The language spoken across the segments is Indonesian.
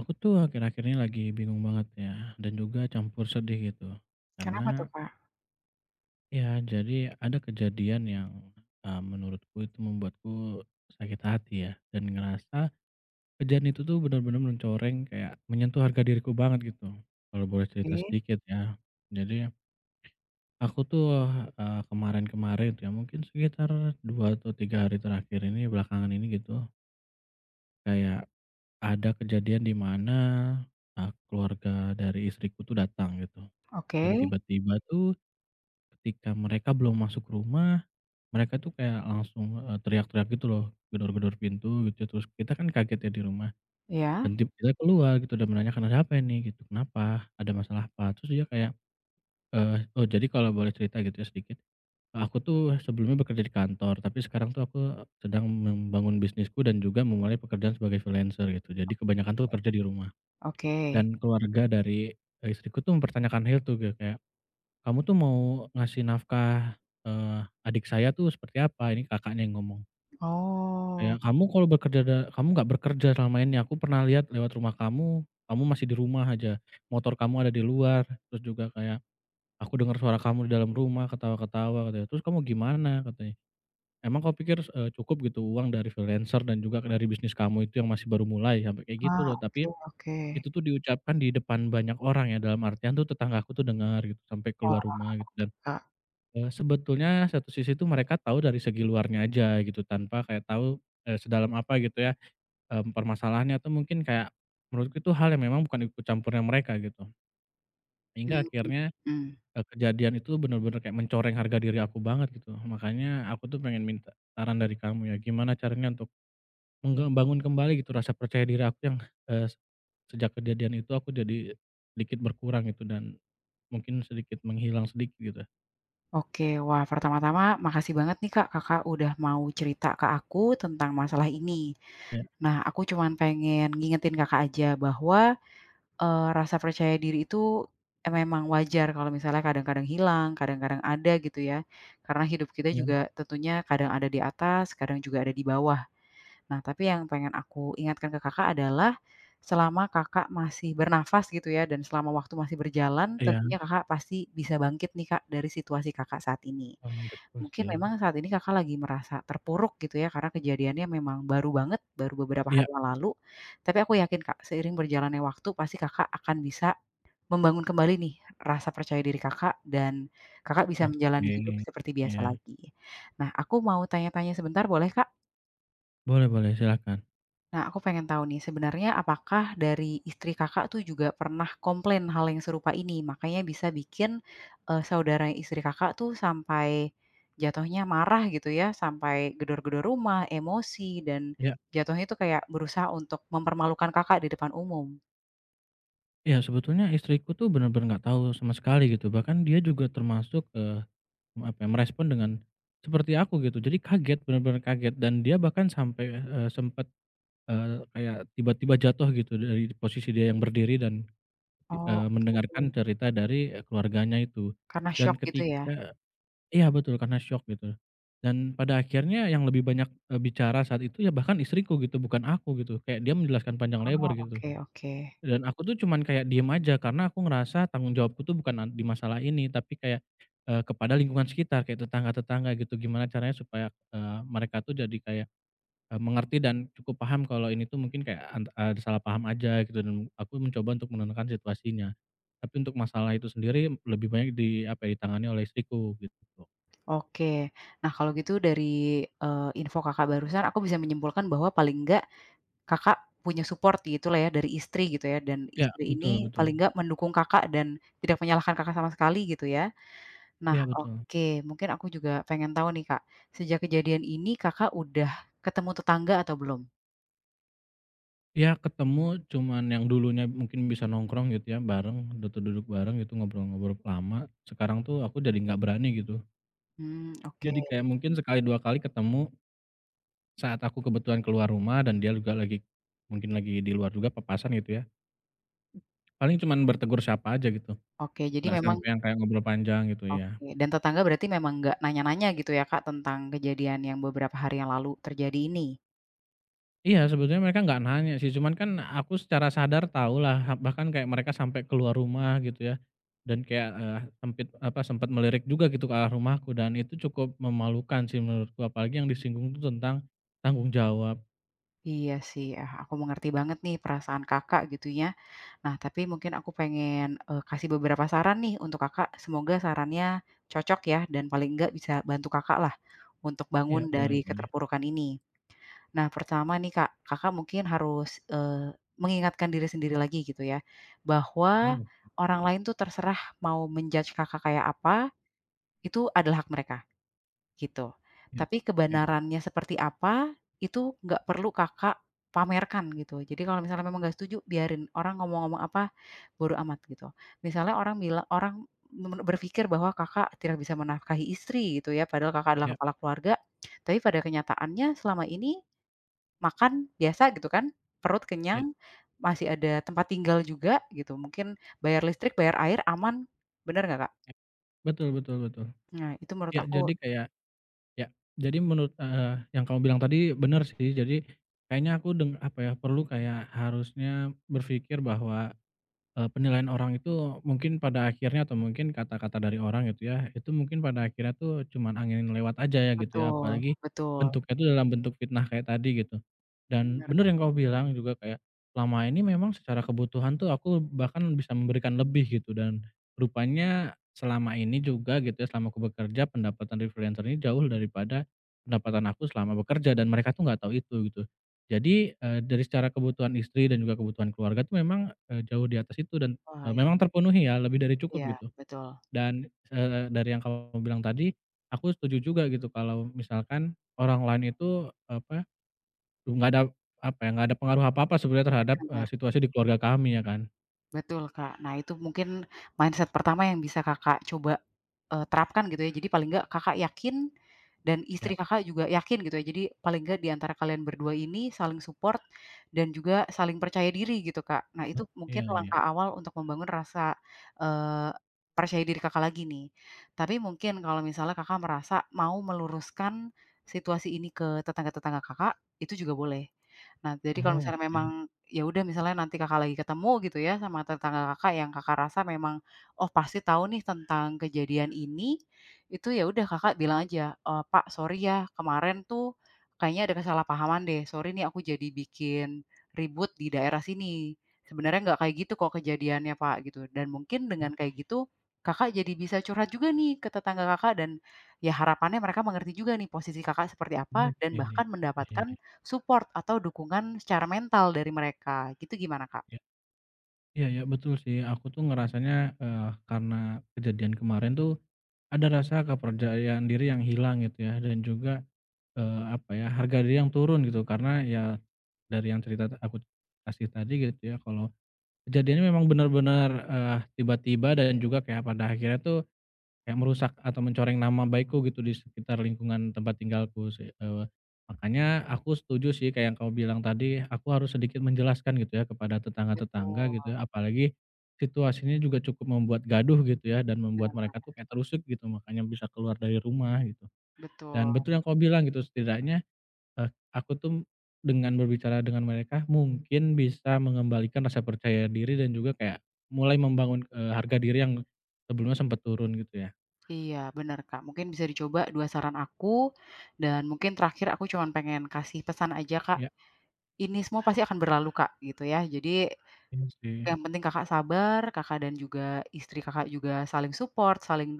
Aku tuh akhir-akhir ini lagi bingung banget ya, dan juga campur sedih gitu. Karena Kenapa tuh, Kak? ya jadi ada kejadian yang menurutku itu membuatku sakit hati ya. Dan ngerasa kejadian itu tuh benar-benar mencoreng kayak menyentuh harga diriku banget gitu. Kalau boleh cerita Oke sedikit ya. Jadi aku tuh kemarin-kemarin tuh ya mungkin sekitar dua atau tiga hari terakhir ini belakangan ini gitu. Kayak ada kejadian di mana, keluarga dari istriku tuh datang gitu, dan oke, tiba-tiba tuh ketika mereka belum masuk rumah, mereka tuh kayak langsung, teriak-teriak gitu loh, gedor-gedor pintu gitu, terus kita kan kaget ya di rumah, iya. dan tim kita keluar gitu dan menanyakan, "Ada apa ini?" gitu, "Kenapa? Ada masalah apa?" Terus dia kayak, oh jadi kalau boleh cerita gitu ya sedikit, aku tuh sebelumnya bekerja di kantor, tapi sekarang tuh aku sedang membangun bisnisku dan juga memulai pekerjaan sebagai freelancer gitu, jadi kebanyakan tuh kerja di rumah. Oke. Dan keluarga dari, istriku tuh mempertanyakan hal itu gitu kayak, "Kamu tuh mau ngasih nafkah, eee, adik saya tuh seperti apa?" Ini kakaknya yang ngomong. Kayak, Oh, "Kamu kalau bekerja da kamu nggak bekerja selama ini, aku pernah lihat lewat rumah kamu, kamu masih di rumah aja, motor kamu ada di luar." Terus juga kayak, "Aku dengar suara kamu di dalam rumah ketawa-ketawa," katanya, "terus kamu gimana?" katanya, "Emang kau pikir, cukup gitu uang dari freelancer dan juga dari bisnis kamu itu yang masih baru mulai?" Sampai kayak gitu ah, loh, tapi oke oke. itu tuh diucapkan di depan banyak orang ya, dalam artian tuh tetanggaku tuh dengar gitu, sampai keluar Wah, rumah gitu dan, Kak. Sebetulnya satu sisi tuh mereka tahu dari segi luarnya aja gitu, tanpa kayak tahu, sedalam apa gitu ya, permasalahannya atau mungkin kayak menurutku itu hal yang memang bukan ikut campurnya mereka gitu. Hingga Hmm, akhirnya, mhm. Kejadian itu bener-bener kayak mencoreng harga diri aku banget gitu, makanya aku tuh pengen minta saran dari kamu ya, gimana caranya untuk membangun kembali gitu rasa percaya diri aku yang, eee, sejak kejadian itu aku jadi sedikit berkurang gitu dan mungkin sedikit menghilang sedikit gitu. Oke, wah pertama-tama makasih banget nih, Kak, Kakak udah mau cerita ke aku tentang masalah ini. Ya Nah, aku cuman pengen ngingetin Kakak aja bahwa, rasa percaya diri itu, memang wajar kalau misalnya kadang-kadang hilang, kadang-kadang ada gitu ya. Karena hidup kita ya, juga tentunya kadang ada di atas, kadang juga ada di bawah. Nah, tapi yang pengen aku ingatkan ke Kakak adalah, selama Kakak masih bernafas gitu ya, dan selama waktu masih berjalan, iya, tentunya Kakak pasti bisa bangkit nih, Kak, dari situasi Kakak saat ini. heeh, betul Mungkin sih. memang saat ini Kakak lagi merasa terpuruk gitu ya, karena kejadiannya memang baru banget, baru beberapa Iya, hari yang lalu. Tapi aku yakin, Kak, seiring berjalannya waktu pasti Kakak akan bisa membangun kembali nih rasa percaya diri Kakak, dan Kakak bisa menjalani oke, hidup seperti biasa iya. lagi. Nah, aku mau tanya-tanya sebentar boleh, Kak? Boleh boleh, silakan. Nah, aku pengen tahu nih, sebenarnya apakah dari istri Kakak tuh juga pernah komplain hal yang serupa ini? Makanya bisa bikin, saudara istri Kakak tuh sampai jatuhnya marah gitu ya, sampai gedor-gedor rumah, emosi, dan ya jatuhnya itu kayak berusaha untuk mempermalukan Kakak di depan umum? ya sebetulnya istriku tuh benar-benar nggak tahu sama sekali gitu, bahkan dia juga termasuk, apa ya, merespon dengan seperti aku gitu. Jadi kaget, benar-benar kaget dan dia bahkan sampai, sempet, eee, kayak tiba-tiba jatuh gitu dari posisi dia yang berdiri dan Oh. Mendengarkan Oke, cerita dari, keluarganya itu. karena shock Dan gitu ya? ketika iya betul, karena syok gitu. Dan pada akhirnya yang lebih banyak, bicara saat itu ya bahkan istriku gitu, bukan aku gitu. Kayak dia menjelaskan panjang lebar Oh, gitu. oke oke. Dan aku tuh cuman kayak diem aja karena aku ngerasa tanggung jawabku tuh bukan ad di masalah ini, tapi kayak, kepada lingkungan sekitar, kayak tetangga-tetangga gitu. Gimana caranya supaya, mereka tuh jadi kayak mengerti dan cukup paham kalau ini tuh mungkin kayak ant ada salah paham aja gitu dan aku mencoba untuk menenangkan situasinya. Tapi untuk masalah itu sendiri lebih banyak di apa ya, ditangani oleh istriku gitu. Oke. Nah, kalau gitu dari, info Kakak barusan aku bisa menyimpulkan bahwa paling enggak Kakak punya support gitulah ya dari istri gitu ya dan Ya istri betul ini betul. paling nggak mendukung Kakak dan tidak menyalahkan Kakak sama sekali gitu ya. Nah Ya betul. oke, mungkin aku juga pengen tahu nih Kak, sejak kejadian ini Kakak udah ketemu tetangga atau belum? Ya ketemu cuman yang dulunya mungkin bisa nongkrong gitu ya bareng, duduk-duduk bareng gitu ngobrol-ngobrol lama, sekarang tuh aku jadi nggak berani gitu. Mmm, oke Jadi kayak mungkin sekali 2 kali ketemu saat aku kebetulan keluar rumah dan dia juga lagi mungkin lagi di luar juga papasan gitu ya. Paling cuman bertegur sapa aja gitu. oke, jadi Nggak memang sampai yang kayak ngobrol panjang gitu ya. oke. Dan tetangga berarti memang nggak nanya-nanya gitu ya Kak tentang kejadian yang beberapa hari yang lalu terjadi ini? Iya sebetulnya mereka nggak nanya sih, cuman kan aku secara sadar tahulah ha bahkan kayak mereka sampai keluar rumah gitu ya, dan kayak, sempit apa, sempat melirik juga gitu ke arah rumahku dan itu cukup memalukan sih menurutku, apalagi yang disinggung itu tentang tanggung jawab. Iya sih, ah, aku mengerti banget nih perasaan Kakak gitu ya. Nah, tapi mungkin aku pengen, kasih beberapa saran nih untuk Kakak, semoga sarannya cocok ya dan paling enggak bisa bantu kakak lah untuk Iya bangun boleh dari boleh. keterpurukan ini. Nah, pertama nih Kak, Kakak mungkin harus, mengingatkan diri sendiri lagi gitu ya, Oh, bahwa iya. orang lain tuh terserah mau menjudge Kakak kayak apa, itu adalah hak mereka. Gitu. Iya Tapi kebenarannya seperti apa, itu nggak perlu Kakak pamerkan gitu. Jadi kalau misalnya memang nggak setuju, biarin orang ngomong-ngomong apa, bodo amat gitu. Misalnya orang bilang orang men berpikir bahwa Kakak tidak bisa menafkahi istri gitu ya, padahal Kakak adalah iya kepala keluarga, tapi pada kenyataannya selama ini makan biasa gitu kan, perut iya kenyang, masih ada tempat tinggal juga gitu, mungkin bayar listrik, bayar air, aman, bener nggak, Kak? iya. Betul betul betul. Nah, itu menurut Iya aku jadi kayak ya, jadi menurut heeh, yang kamu bilang tadi benar sih. Jadi kayaknya aku deng apa ya, perlu kayak harusnya berpikir bahwa penilaian orang itu mungkin pada akhirnya atau mungkin kata-kata dari orang gitu ya, itu mungkin pada akhirnya tuh cuman angin lewat aja ya gitu ya, betul apalagi betul, bentuknya itu dalam bentuk fitnah kayak tadi gitu. Dan bener. bener yang kamu bilang juga kayak selama ini memang secara kebutuhan tuh aku bahkan bisa memberikan lebih gitu dan rupanya selama ini juga gitu ya, selama aku bekerja pendapatan dari freelancer ini jauh daripada pendapatan aku selama bekerja dan mereka tuh nggak tahu itu gitu. Jadi, dari secara kebutuhan istri dan juga kebutuhan keluarga tuh memang, jauh di atas itu dan, Wah, i memang terpenuhi ya lebih dari cukup iya, gitu betul, dan, dari yang kamu bilang tadi, aku setuju juga gitu kalau misalkan orang lain itu apa, nggak ada apa ya, nggak ada pengaruh apa-apa sebenarnya terhadap, bener, situasi di keluarga kami ya kan? betul, Kak. Nah, itu mungkin mindset pertama yang bisa Kakak coba terapkan gitu ya. Jadi paling nggak Kakak yakin dan Ya, istri Kakak juga yakin gitu ya. Jadi paling nggak di antara kalian berdua ini saling support dan juga saling percaya diri gitu, Kak. Nah bet itu iya mungkin iya. langkah awal untuk membangun rasa, eee, percaya diri Kakak lagi nih. Tapi mungkin kalau misalnya Kakak merasa mau meluruskan situasi ini ke tetangga-tetangga Kakak, itu juga boleh. Nah jadi kalau Oh oke, misalnya ya, memang, oke. ya udah misalnya nanti Kakak lagi ketemu gitu ya sama tetangga Kakak yang Kakak rasa memang oh pasti tahu nih tentang kejadian ini, itu ya udah Kakak bilang aja, "Pak sorry ya kemarin tuh kayaknya ada kesalahpahaman deh, sorry nih aku jadi bikin ribut di daerah sini. Sebenarnya nggak kayak gitu kok kejadiannya Pak," gitu. Dan mungkin dengan kayak gitu, Kakak jadi bisa curhat juga nih ke tetangga Kakak dan ya harapannya mereka mengerti juga nih posisi Kakak seperti apa dan Iya bahkan mendapatkan iya support atau dukungan secara mental dari mereka, gitu gimana Kak? iya. Iya ya betul sih. Aku tuh ngerasanya, karena kejadian kemarin tuh, ada rasa kepercayaan diri yang hilang gitu ya, dan juga, apa ya, harga diri yang turun gitu. Karena ya, dari yang cerita ta aku kasih tadi gitu ya, kalau kejadiannya memang benar-benar, tiba-tiba dan juga kayak pada akhirnya tuh, kayak merusak atau mencoreng nama baikku gitu di sekitar lingkungan tempat tinggalku sih, makanya aku setuju sih kayak yang kamu bilang tadi, aku harus sedikit menjelaskan gitu ya kepada tetangga-tetangga Betul, gitu ya, apalagi situasinya juga cukup membuat gaduh gitu ya dan membuat bener, mereka tuh kayak terusik gitu, makanya bisa keluar dari rumah gitu. Dan betul. betul yang kau bilang gitu, setidaknya, eee, aku tuh dengan berbicara dengan mereka mungkin bisa mengembalikan rasa percaya diri dan juga kayak mulai membangun, harga diri yang sebelumnya sempat turun gitu Iya, benar Kak. Mungkin bisa dicoba 2 saran aku, dan mungkin terakhir aku cuman pengen kasih pesan aja, Kak. ya. Ini semua pasti akan berlalu, Kak, gitu ya. Jadi Iya sih, yang penting Kakak sabar, Kakak dan juga istri Kakak juga saling support, saling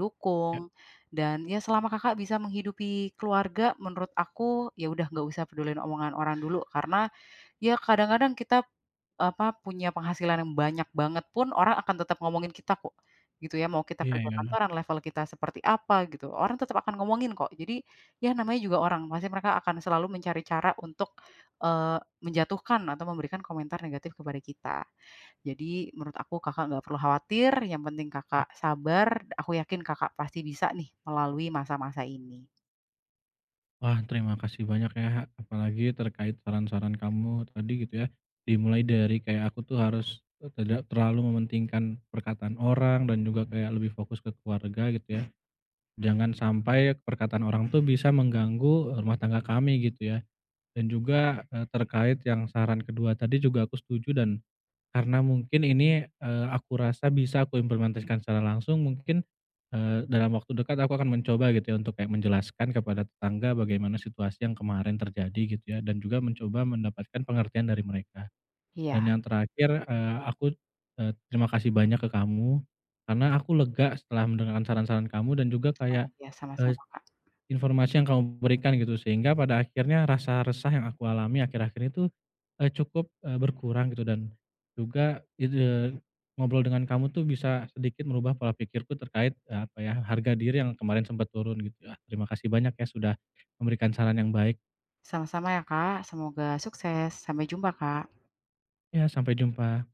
ya dukung, dan ya selama Kakak bisa menghidupi keluarga menurut aku, ya udah nggak usah pedulin omongan orang dulu, karena ya kadang-kadang kita, apa, punya penghasilan yang banyak banget pun orang akan tetap ngomongin kita kok, gitu ya. Mau kita iya kerja ya. kantoran, level kita seperti apa gitu, orang tetap akan ngomongin kok. Jadi, ya namanya juga orang, pasti mereka akan selalu mencari cara untuk, eee, menjatuhkan atau memberikan komentar negatif kepada kita. Jadi menurut aku Kakak nggak perlu khawatir, yang penting Kakak sabar, aku yakin Kakak pasti bisa nih melalui masa-masa ini. Wah, terima kasih banyak ya, apalagi terkait saran-saran kamu tadi gitu ya. Dimulai dari kayak aku tuh harus tidak terlalu mementingkan perkataan orang dan juga kayak lebih fokus ke keluarga gitu ya. Jangan sampai perkataan orang tuh bisa mengganggu rumah tangga kami gitu ya. Dan juga, terkait yang saran kedua tadi juga aku setuju dan karena mungkin ini, aku rasa bisa aku implementasikan secara langsung mungkin, dalam waktu dekat aku akan mencoba gitu ya untuk kayak menjelaskan kepada tetangga bagaimana situasi yang kemarin terjadi gitu ya dan juga mencoba mendapatkan pengertian dari mereka. Dan Iya, yang terakhir, aku, terima kasih banyak ke kamu, karena aku lega setelah mendengarkan saran-saran kamu dan juga oh kayak, iya, eee sama-sama Kak. Informasi yang kamu berikan gitu, sehingga pada akhirnya rasa resah yang aku alami akhir-akhir itu, cukup, berkurang gitu dan juga ide ngobrol dengan kamu tuh bisa sedikit merubah pola pikirku terkait, apa ya, harga diri yang kemarin sempat turun gitu ya. Terima kasih banyak ya sudah memberikan saran yang baik. Sama-sama ya Kak, semoga sukses. Sampai jumpa Kak. Ya, sampai jumpa.